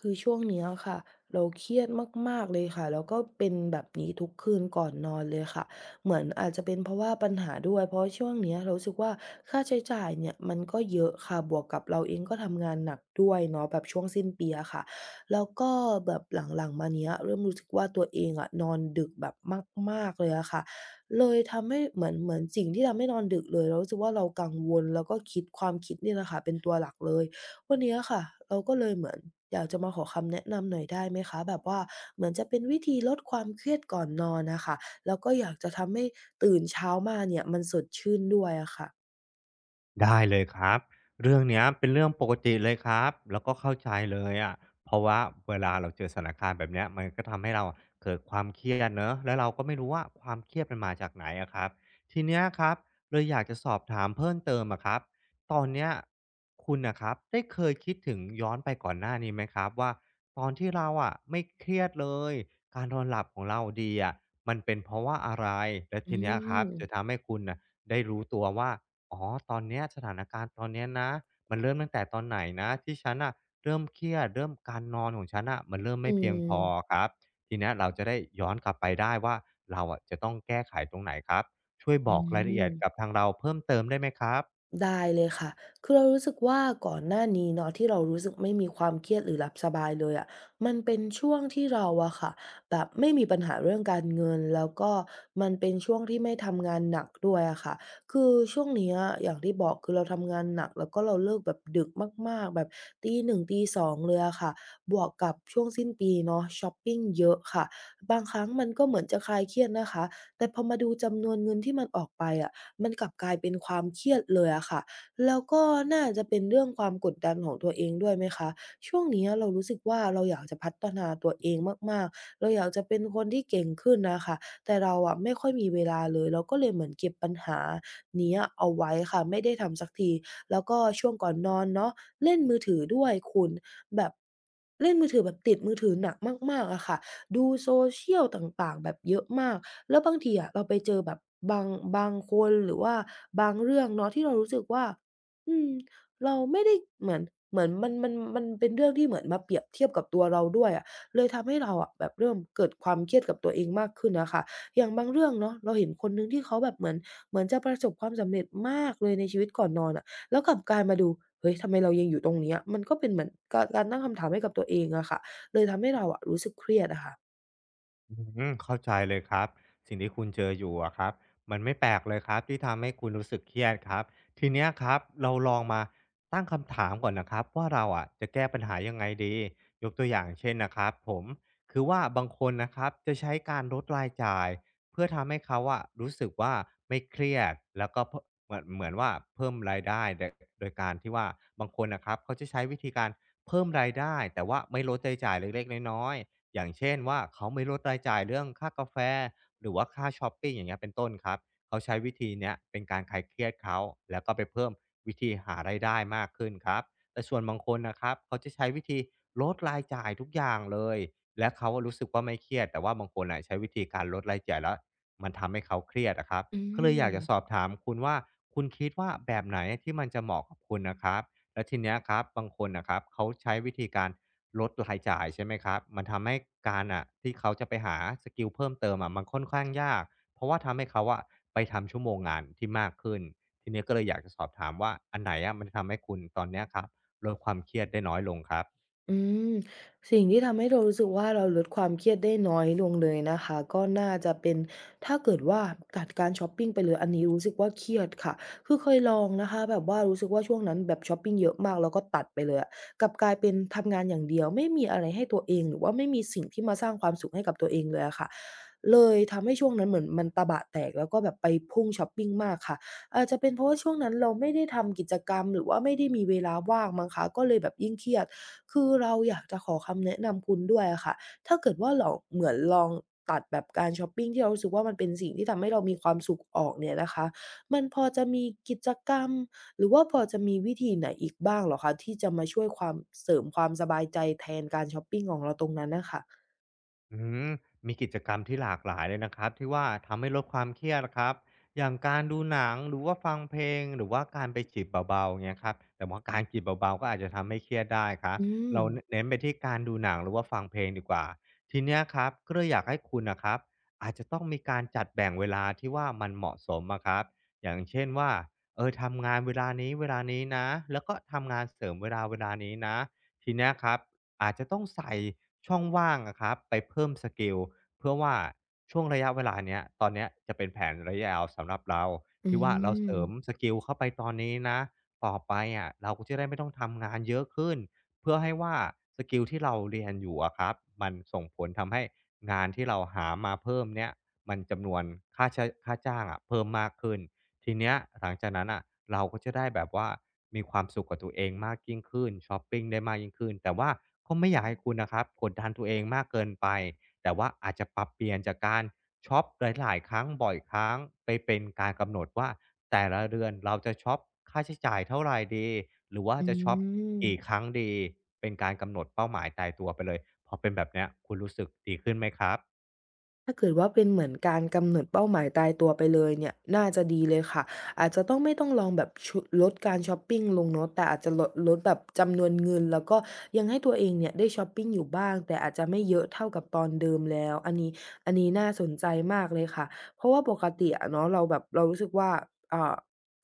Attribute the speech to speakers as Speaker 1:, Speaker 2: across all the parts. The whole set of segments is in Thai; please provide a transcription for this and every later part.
Speaker 1: คือช่วงเนี้ยค่ะเราเครียดมากๆ เลยค่ะแล้วก็เป็นแบบนี้ทุกคืนก่อนนอนเลยค่ะเหมือนอาจจะเป็นเพราะว่าปัญหาด้วยเพราะช่วงเนี้ยเรารู้สึกว่าค่าใช้จ่ายเนี่ยมันก็เยอะค่ะบวกกับเราเองก็ทำงานหนักด้วยเนาะแบบช่วงสิ้นปีอะค่ะแล้วก็แบบหลังๆมาเนี้ยเริ่มรู้สึกว่าตัวเองอะนอนดึกแบบมากๆเลยอะค่ะเลยทำให้เหมือนสิ่งที่ทำให้นอนดึกเลยเรารู้สึกว่าเรากังวลแล้วก็คิดความคิดเนี่ยแหละค่ะเป็นตัวหลักเลย วันเนี้ยค่ะเราก็เลยเหมือนอยากจะมาขอคำแนะนำหน่อยได้ไหมคะแบบว่าเหมือนจะเป็นวิธีลดความเครียดก่อนนอนน่ะค่ะแล้วก็อยากจะทำให้ตื่นเช้ามาเนี่ยมันสดชื่นด้วยอะค่ะ
Speaker 2: ได้เลยครับเรื่องเนี้ยเป็นเรื่องปกติเลยครับแล้วก็เข้าใจเลยอะเพราะว่าเวลาเราเจอสถานการณ์แบบเนี้ยมันก็ทำให้เราเกิดความเครียดเนอะแล้วเราก็ไม่รู้ว่าความเครียดมันมาจากไหนอะครับทีเนี้ยครับเลยอยากจะสอบถามเพิ่มเติมอะครับตอนเนี้ยคุณนะครับได้เคยคิดถึงย้อนไปก่อนหน้านี้ไหมครับว่าตอนที่เราอะไม่เครียดเลยการนอนหลับของเราดีอะมันเป็นเพราะว่าอะไรและ
Speaker 1: อื
Speaker 2: ทีเนี้ยครับ
Speaker 1: ม
Speaker 2: จะทำให้คุณน่ะได้รู้ตัวว่า อ๋อตอนเนี้ยสถานการณ์ตอนเนี้ยนะมันเริ่มตั้งแต่ตอนไหนนะที่ฉันน่ะเริ่มเครียดเริ่มการนอนของฉันน่ะมันเริ่ม
Speaker 1: อื
Speaker 2: ไม่เพียงพอ
Speaker 1: ม
Speaker 2: ครับทีเนี้ยเราจะได้ย้อนกลับไปได้ว่าเราอะจะต้องแก้ไขตรงไหนครับช่วยบ
Speaker 1: อื
Speaker 2: อกรายละเอียด
Speaker 1: ม
Speaker 2: กับทางเราเพิ่มเติมได้ไหมครับ
Speaker 1: ได้เลยค่ะคือเรารู้สึกว่าก่อนหน้านี้เนาะที่เรารู้สึกไม่มีความเครียดหรือหลับสบายเลยอะมันเป็นช่วงที่เราอะค่ะแบบไม่มีปัญหาเรื่องการเงินแล้วก็มันเป็นช่วงที่ไม่ทำงานหนักด้วยอะค่ะคือช่วงเนี้ยอย่างที่บอกคือเราทำงานหนักแล้วก็เราเลิกแบบดึกมากๆแบบตีหนึ่งตีสองเลยอะค่ะบวกกับช่วงสิ้นปีเนาะช้อปปิงเยอะค่ะบางครั้งมันก็เหมือนจะคลายเครียดนะคะแต่พอมาดูจำนวนเงินที่มันออกไปอะ มันกลับกลายเป็นความเครียดเลยอะค่ะ แล้วก็น่าจะเป็นเรื่องความกดดันของตัวเองด้วยไหมคะ ช่วงเนี้ยเรารู้สึกว่าเราอยากจะพัฒนาตัวเองมากๆ เราอยากจะเป็นคนที่เก่งขึ้นน่ะค่ะแต่เราอะไม่ค่อยมีเวลาเลยเราก็เลยเหมือนเก็บปัญหาเนี้ยเอาไว้ค่ะไม่ได้ทำสักทีแล้วก็ช่วงก่อนนอนเนาะเล่นมือถือด้วยคุณ แบบเล่นมือถือแบบติดมือถือหนักมากๆอะค่ะ ดูโซเชียลต่างๆแบบเยอะมาก แล้วบางทีอะเราไปเจอแบบบางบางคนหรือว่าบางเรื่องเนาะที่เรารู้สึกว่าอืมเราไม่ได้เหมือนเหมือนมันเป็นเรื่องที่เหมือนมาเปรียบเทียบกับตัวเราด้วยอะเลยทำให้เราอะแบบเริ่มเกิดความเครียดกับตัวเองมากขึ้นอะค่ะอย่างบางเรื่องเนาะเราเห็นคนหนึ่งที่เขาแบบเหมือนจะประสบความสำเร็จมากเลยในชีวิตก่อนนอนอะแล้วกลับกลายมาดูเฮ้ยทำไมเรายังอยู่ตรงเนี้ยมันก็เป็นเหมือนการตั้งคำถามให้กับตัวเองอะค่ะเลยทำให้เราอะรู้สึกเครียดอะค่ะ
Speaker 2: อืมเข้าใจเลยครับสิ่งที่คุณเจออยู่อะครับมันไม่แปลกเลยครับที่ทำให้คุณรู้สึกเครียดครับทีเนี้ยครับเราลองมาตั้งคำถามก่อนนะครับว่าเราอะจะแก้ปัญหายังไงดียกตัวอย่างเช่นนะครับผมคือว่าบางคนนะครับจะใช้การลดรายจ่ายเพื่อทำให้เขาอะรู้สึกว่าไม่เครียดแล้วก็เพมเหมือนเหมือนว่าเพิ่มรายได้โดยโดยการที่ว่าบางคนนะครับเขาจะใช้วิธีการเพิ่มรายได้แต่ว่าไม่ลดรายจ่ายเล็กๆน้อยๆ อย่างเช่นว่าเขาไม่ลดรายจ่ายเรื่องค่ากาแฟหรือว่าค่าช้อปปิงอย่างเงี้ยเป็นต้นครับเขาใช้วิธีเนี้ยเป็นการคลายเครียดเขาแล้วก็ไปเพิ่มวิธีหารายได้มากขึ้นครับแต่ส่วนบางคนนะครับเขาจะใช้วิธีลดรายจ่ายทุกอย่างเลยและเขารู้สึกว่าไม่เครียดแต่ว่าบางคนน่ะใช้วิธีการลดรายจ่ายแล้วมันทำให้เขาเครียดอะครับ
Speaker 1: อื
Speaker 2: ก็เลยอยากจะสอบ
Speaker 1: ม
Speaker 2: ถามคุณว่าคุณคิดว่าแบบไหนที่มันจะเหมาะกับคุณนะครับ แล้วทีเนี้ยครับบางคนนะครับเขาใช้วิธีการลดรายจ่ายใช่ไหมครับมันทำให้การอ่ะที่เขาจะไปหาสกิลเพิ่มเติมอะมันค่อนข้างยากเพราะว่าทำให้เขาอะไปทำชั่วโมงงานที่มากขึ้นทีเนี้ยก็เลยอยากจะสอบถามว่าอันไหนอะมันจะทำให้คุณตอนเนี้ยครับลดความเครียดได้น้อยลงครับ
Speaker 1: อืมสิ่งที่ทำให้เรารู้สึกว่าเราลดความเครียดได้น้อยลงเลยนะคะก็น่าจะเป็นถ้าเกิดว่าตัดการช็อปปิงไปเลยอันนี้รู้สึกว่าเครียดค่ะคือเคยลองนะคะแบบว่ารู้สึกว่าช่วงนั้นแบบช็อปปิงเยอะมากแล้วก็ตัดไปเลยอะกลับกลายเป็นทำงานอย่างเดียวไม่มีอะไรให้ตัวเองหรือว่าไม่มีสิ่งที่มาสร้างความสุขให้กับตัวเองเลยอะค่ะเลยทำให้ช่วงนั้นเหมือนมันตะบะแตกแล้วก็แบบไปพุ่งช็อปปิงมากค่ะอาจจะเป็นเพราะว่าช่วงนั้นเราไม่ได้ทำกิจกรรมหรือว่าไม่ได้มีเวลาว่างมั้งคะก็เลยแบบยิ่งเครียด คือเราอยากจะขอคำแนะนำคุณด้วยอะค่ะถ้าเกิดว่าเราเหมือนลองตัดแบบการชอปปิงที่เรารู้สึกว่ามันเป็นสิ่งที่ทำให้เรามีความสุขออกเนี่ยนะคะมันพอจะมีกิจกรรมหรือว่าพอจะมีวิธีไหนอีกบ้างเหรอคะที่จะมาช่วยความเสริมความสบายใจแทนการชอปปิงของเราตรงนั้นน่ะค่ะ
Speaker 2: อืมมีกิจกรรมที่หลากหลายเลยนะครับที่ว่าทำให้ลดความเครียดนะครับอย่างการดูหนังหรือว่าฟังเพลงหรือว่าการไปจิบเบาๆเงี้ยครับแต่ว่าการจิบเบาๆก็อาจจะทำให้เครียดได้ครับ
Speaker 1: อืม
Speaker 2: เราเน้นไปที่การดูหนังหรือว่าฟังเพลงดีกว่าทีเนี้ยครับก็เลยอยากให้คุณนะครับอาจจะต้องมีการจัดแบ่งเวลาที่ว่ามันเหมาะสมอะครับอย่างเช่นว่าทำงานเวลานี้เวลานี้นะแล้วก็ทำงานเสริมเวลานี้นะทีเนี้ยครับอาจจะต้องใส่ ช่องว่างอะครับไปเพิ่มสกิลเพื่อว่าช่วงระยะเวลาเนี้ยตอนเนี้ยจะเป็นแผนระยะยาวสำหรับเรา
Speaker 1: อื
Speaker 2: ที่ว่าเรา
Speaker 1: ม
Speaker 2: เสริมสกิลเข้าไปตอนนี้นะต่อไปอะเราก็จะได้ไม่ต้องทำงานเยอะขึ้นเพื่อให้ว่าสกิลที่เราเรียนอยู่อะครับมันส่งผลทำให้งานที่เราหามาเพิ่มเนี้ยมันจำนวนค่าจ้างอะเพิ่มมากขึ้น ทีเนี้ยหลังจากนั้นอ่ะเราก็จะได้แบบว่ามีความสุขกับตัวเองมากยิ่งขึ้นชอปปิงได้มากยิ่งขึ้นแต่ว่าก็ไม่อยากให้คุณนะครับกดดันตัวเองมากเกินไปแต่ว่าอาจจะปรับเปลี่ยนจากการชอปหลายๆครั้งบ่อยครั้งไปเป็นการกำหนดว่าแต่ละเดือนเราจะชอปค่าใช้จ่ายเท่าไหรดีหรือว่า
Speaker 1: อื
Speaker 2: จะชอป
Speaker 1: ม
Speaker 2: กี่ครั้งดีเป็นการกำหนดเป้าหมายตายตัวไปเลยพอเป็นแบบเนี้ยคุณรู้สึกดีขึ้นไหมครับ
Speaker 1: ถ้าเกิดว่าเป็นเหมือนการกำหนดเป้าหมายตายตัวไปเลยเนี่ยน่าจะดีเลยค่ะอาจจะต้องไม่ต้องลองแบบชุลดการชอปปิงลงเนาะแต่อาจจะลดแบบจำนวนเงินแล้วก็ยังให้ตัวเองเนี่ยได้ชอปปิงอยู่บ้างแต่อาจจะไม่เยอะเท่ากับตอนเดิมแล้วอันนี้น่าสนใจมากเลยค่ะเพราะว่าปกติอะเนาะเราแบบเรารู้สึกว่าอ่า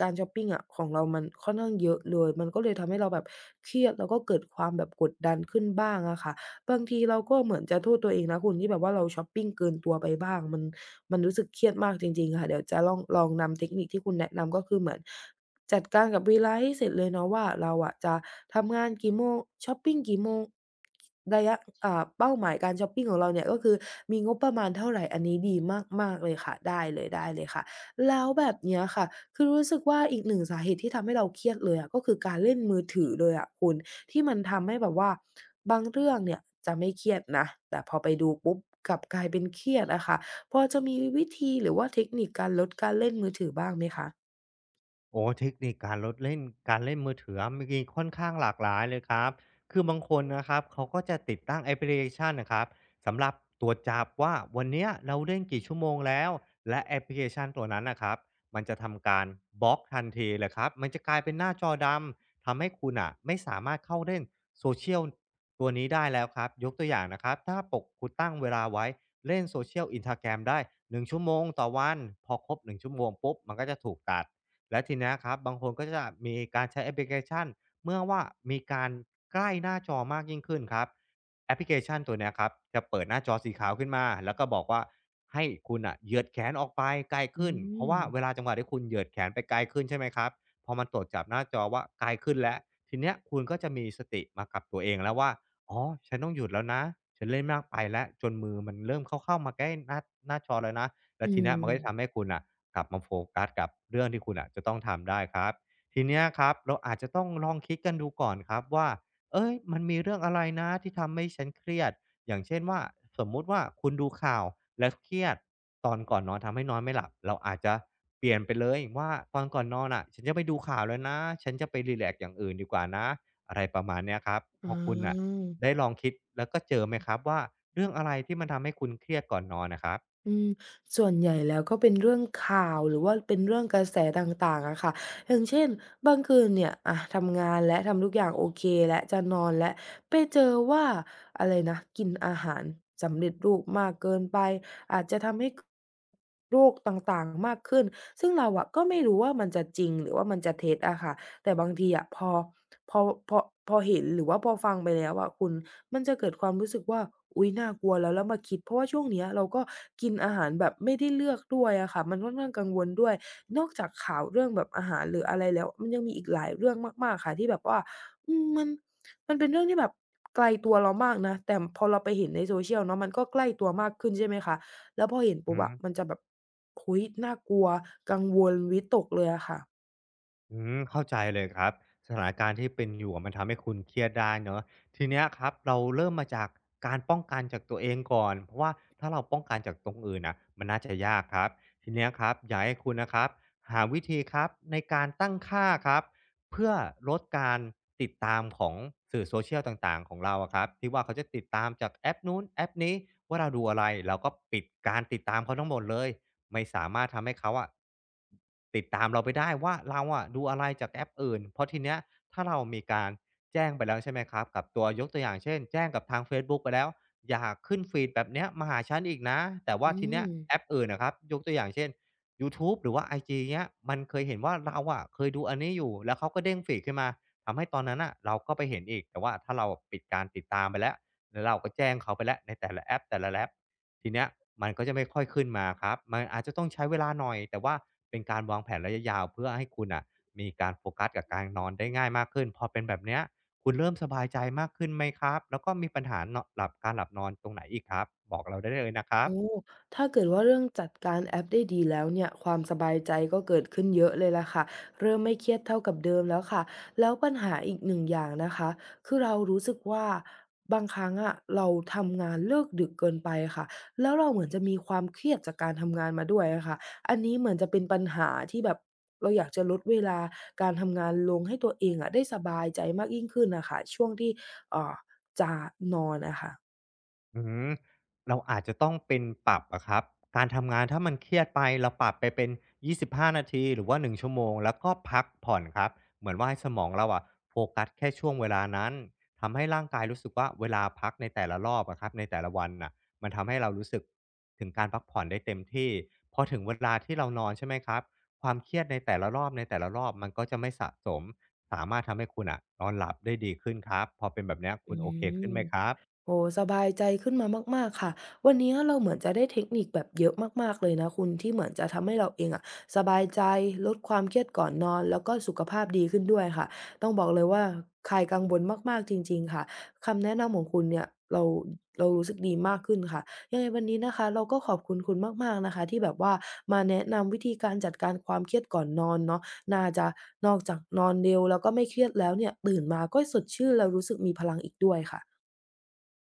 Speaker 1: การชอปปิงอะของเรามันค่อนข้างเยอะเลยมันก็เลยทำให้เราแบบเครียดแล้วก็เกิดความแบบกดดันขึ้นบ้างอะค่ะ บางทีเราก็เหมือนจะโทษตัวเองนะคุณที่แบบว่าเราช็อปปิงเกินตัวไปบ้างมันรู้สึกเครียดมากจริงๆค่ะเดี๋ยวจะล่องลองนำเทคนิคที่คุณแนะนำก็คือเหมือนจัดการกับเวลาให้เสร็จเลยเนาะว่าเราอะจะทำงานกี่โมงช็อปปิงกี่โมงระยะเป้าหมายการช็อปปิงของเราเนี่ยก็คือมีงบประมาณเท่าไรอันนี้ดีมากๆเลยค่ะได้เลยได้เลยค่ะแล้วแบบเนี้ยค่ะคือรู้สึกว่าอีกหนึ่งสาเหตุที่ทำให้เราเครียดเลยอะก็คือการเล่นมือถือเลยอะคุณ ที่มันทำให้แบบว่าบางเรื่องเนี่ยจะไม่เครียดนะแต่พอไปดูปุ๊บกลับกลายเป็นเครียดอะค่ะพอจะมีวิธีหรือว่าเทคนิคการลดการเล่นมือถือบ้างไหมคะ
Speaker 2: โอ้เทคนิคการลดเล่นการเล่นมือถือะมีค่อนข้างหลากหลายเลยครับคือบางคนนะครับเขาก็จะติดตั้งแอปพลิเคชันนะครับสำหรับตรวจจับว่าวันเนี้ยเราเล่นกี่ชั่วโมงแล้วและแอปพลิเคชันตัวนั้นนะครับมันจะทำการบล็อกทันทีเลยครับมันจะกลายเป็นหน้าจอดำทำให้คุณอ่ะไม่สามารถเข้าเล่นโซเชีย l ตัวนี้ได้แล้วครับยกตัวอย่างนะครับถ้าปกคุณตั้งเวลาไว้เล่น Social i n s t a แ r รมได้1 ชั่วโมงต่อวันพอครบหนึ่งชั่วโมงปุ๊บมันก็จะถูกตัด และทีเนี้ยครับบางคนก็จะมีการใช้แอปพลิเคชันเมื่อว่ามีการใกล้หน้าจอมากยิ่งขึ้นครับแอปพลิเคชันตัวเนี้ยครับจะเปิดหน้าจอสีขาวขึ้นมาแล้วก็บอกว่าให้คุณอ่ะเหยียดแขนออกไปไกล
Speaker 1: อื
Speaker 2: ขึ้นเพราะ
Speaker 1: ม
Speaker 2: ว่าเวลาจังหวะที่คุณเหยียดแขนไปไกลขึ้นใช่ไหมครับพอมันตรวจจับหน้าจอว่าไกลขึ้นแล้วทีเนี้ยคุณก็จะมีสติมากับตัวเองแล้วว่าอ๋อฉันต้องหยุดแล้วนะฉันเล่นมากไปแล้วจนมือมันเริ่มเข้าๆมาใกล้หน้าหน้าจอแล้วนะแล้ว
Speaker 1: อื
Speaker 2: ทีเนี้ยมันก็จะทำให้
Speaker 1: ม
Speaker 2: คุณอ่ะ กลับมาโฟกัสกับเรื่องที่คุณอะจะต้องทำได้ครับทีเนี้ยครับเราอาจจะต้องลองคิดกันดูก่อนครับว่าเอ้ยมันมีเรื่องอะไรนะที่ทำให้ฉันเครียดอย่างเช่นว่าสมมุติว่าคุณดูข่าวแล้วเครียดตอนก่อนนอนทำให้นอนไม่หลับเราอาจจะเปลี่ยนไปเลยว่าตอนก่อนนอนฉันจะไปดูข่าวแล้วนะฉันจะไปรีแลกซ์อย่างอื่นดีกว่านะอะไรประมาณเนี้ยครับพ
Speaker 1: อ๋
Speaker 2: อคุณอ่ะ
Speaker 1: อ
Speaker 2: ได้ลองคิดแล้วก็เจอไหมครับว่าเรื่องอะไรที่มันทำให้คุณเครียดก่อนนอนนะครับ
Speaker 1: อืมส่วนใหญ่แล้วก็เป็นเรื่องข่าวหรือว่าเป็นเรื่องกระแสต่างๆอะค่ะ อย่างเช่นบางคืนเนี่ยอะทำงานแล้วทำทุกอย่างโอเคแล้วจะนอนแล้วไปเจอว่าอะไรนะกินอาหารสำเร็จรูปมากเกินไปอาจจะทำให้โรคต่างๆมากขึ้นซึ่งเราอะก็ไม่รู้ว่ามันจะจริงหรือว่ามันจะเท็จอะค่ะ แต่บางทีอะพอพอพอเห็นหรือว่าพอฟังไปแล้วอะคุณมันจะเกิดความรู้สึกว่าอุ๊ยน่ากลัวแล้วแล้วมาคิดเพราะว่าช่วงเนี้ยเราก็กินอาหารแบบไม่ได้เลือกด้วยอะค่ะมันค่อนข้างกังวลด้วยนอกจากข่าวเรื่องแบบอาหารหรืออะไรแล้วมันยังมีอีกหลายเรื่องมากๆค่ะที่แบบว่าอืมมันเป็นเรื่องที่แบบไกลตัวเรามากนะแต่พอเราไปเห็นใน social เนาะมันก็ใกล้ตัวมากขึ้นใช่ไหมคะแล้วพอเห็นปุ๊
Speaker 2: อื
Speaker 1: บอะมันจะแบบโอ้โฮน่ากลัวกังวลวิตกเลยอะค่ะ
Speaker 2: อืมเข้าใจเลยครับสถานการณ์ที่เป็นอยู่อะมันทำให้คุณเครียดได้เนอะทีเนี้ยครับเราเริ่มมาจากการป้องกันจากตัวเองก่อนเพราะว่าถ้าเราป้องกันจากตรงอื่นน่ะมันน่าจะยากครับทีเนี้ยครับอยากให้คุณนะครับหาวิธีครับในการตั้งค่าครับเพื่อลดการติดตามของสื่อโซเชียลต่างๆของเราอะครับที่ว่าเขาจะติดตามจากแอปนู้นแอปนี้ว่าเราดูอะไรเราก็ปิดการติดตามเขาทั้งหมดเลย ไม่สามารถทำให้เขาอะติดตามเราไปได้ว่าเราอะดูอะไรจากแอปอื่นเพราะทีเนี้ยถ้าเรามีการแจ้งไปแล้วใช่ไหมครับกับตัวยกตัวอย่างเช่นแจ้งกับทางเฟซบุ๊กไปแล้วอย่าขึ้นฟีดแบบเนี้ยมาหาฉันอีกนะแต่ว่า
Speaker 1: อื
Speaker 2: ทีเนี้ย
Speaker 1: ม
Speaker 2: แอปอื่นนะครับยกตัวอย่างเช่นยูทูบหรือว่าไอจีเนี้ยมันเคยเห็นว่าเราอะเคยดูอันนี้อยู่แล้วเขาก็เด้งฟีดขึ้นมาทำให้ตอนนั้นอะเราก็ไปเห็นอีกแต่ว่าถ้าเราปิดการติดตามไปแล้วแล้วเราก็แจ้งเขาไปแล้วในแต่ละแอปแต่ละแอป ทีเนี้ยมันก็จะไม่ค่อยขึ้นมาครับมันอาจจะต้องใช้เวลาหน่อยแต่ว่าเป็นการวางแผนระยะยาวเพื่อให้คุณอ่ะมีการโฟกัสกับการนอนได้ง่ายมากขึ้นพอเป็นแบบเนี้ยคุณเริ่มสบายใจมากขึ้นไหมครับแล้วก็มีปัญหาเนาะหลับการหลับนอนตรงไหนอีกครับบอกเราได้เลยนะครับ
Speaker 1: โอ้ถ้าเกิดว่าเรื่องจัดการแอปได้ดีแล้วเนี่ยความสบายใจก็เกิดขึ้นเยอะเลยล่ะค่ะเริ่มไม่เครียดเท่ากับเดิมแล้วค่ะแล้วปัญหาอีกหนึ่งอย่างนะคะคือเรารู้สึกว่าบางครั้งอะเราทำงานเลิกดึกเกินไปค่ะแล้วเราเหมือนจะมีความเครียดจากการทำงานมาด้วยอะค่ะอันนี้เหมือนจะเป็นปัญหาที่แบบเราอยากจะลดเวลาการทำงานลงให้ตัวเองอะได้สบายใจมากยิ่งขึ้นน่ะค่ะช่วงที่เอ่อจะนอนอะค่ะ
Speaker 2: อืมเราอาจจะต้องเป็นปรับอะครับการทำงานถ้ามันเครียดไปเราปรับไปเป็น25นาทีหรือว่าหนึ่งชั่วโมงแล้วก็พักผ่อนครับเหมือนว่าให้สมองเราอะโฟกัสแค่ช่วงเวลานั้นทำให้ร่างกายรู้สึกว่าเวลาพักในแต่ละรอบอะครับในแต่ละวันน่ะมันทำให้เรารู้สึกถึงการพักผ่อนได้เต็มที่พอถึงเวลาที่เรานอนใช่ไหมครับความเครียดในแต่ละรอบในแต่ละรอบมันก็จะไม่สะสมสามารถทำให้คุณอะนอนหลับได้ดีขึ้นครับพอเป็นแบบเนี้ยคุณ
Speaker 1: อื
Speaker 2: โอเคขึ้
Speaker 1: ม
Speaker 2: นไหมครับ
Speaker 1: โอ้โฮสบายใจขึ้นมามากๆค่ะวันนี้เราเหมือนจะได้เทคนิคแบบเยอะมากๆเลยนะคุณที่เหมือนจะทำให้เราเองอะสบายใจลดความเครียดก่อนนอนแล้วก็สุขภาพดีขึ้นด้วยค่ะต้องบอกเลยว่าคลายกังวลมากๆจริงๆค่ะคำแนะนำของคุณเนี่ยเราเรารู้สึกดีมากขึ้นค่ะยังไงวันนี้นะคะเราก็ขอบคุณคุณมากๆนะคะที่แบบว่ามาแนะนำวิธีการจัดการความเครียดก่อนนอนเนาะน่าจะนอกจากนอนเร็วแล้วก็ไม่เครียดแล้วเนี่ยตื่นมาก็สดชื่นแล้วรู้สึกมีพลังอีกด้วยค่ะ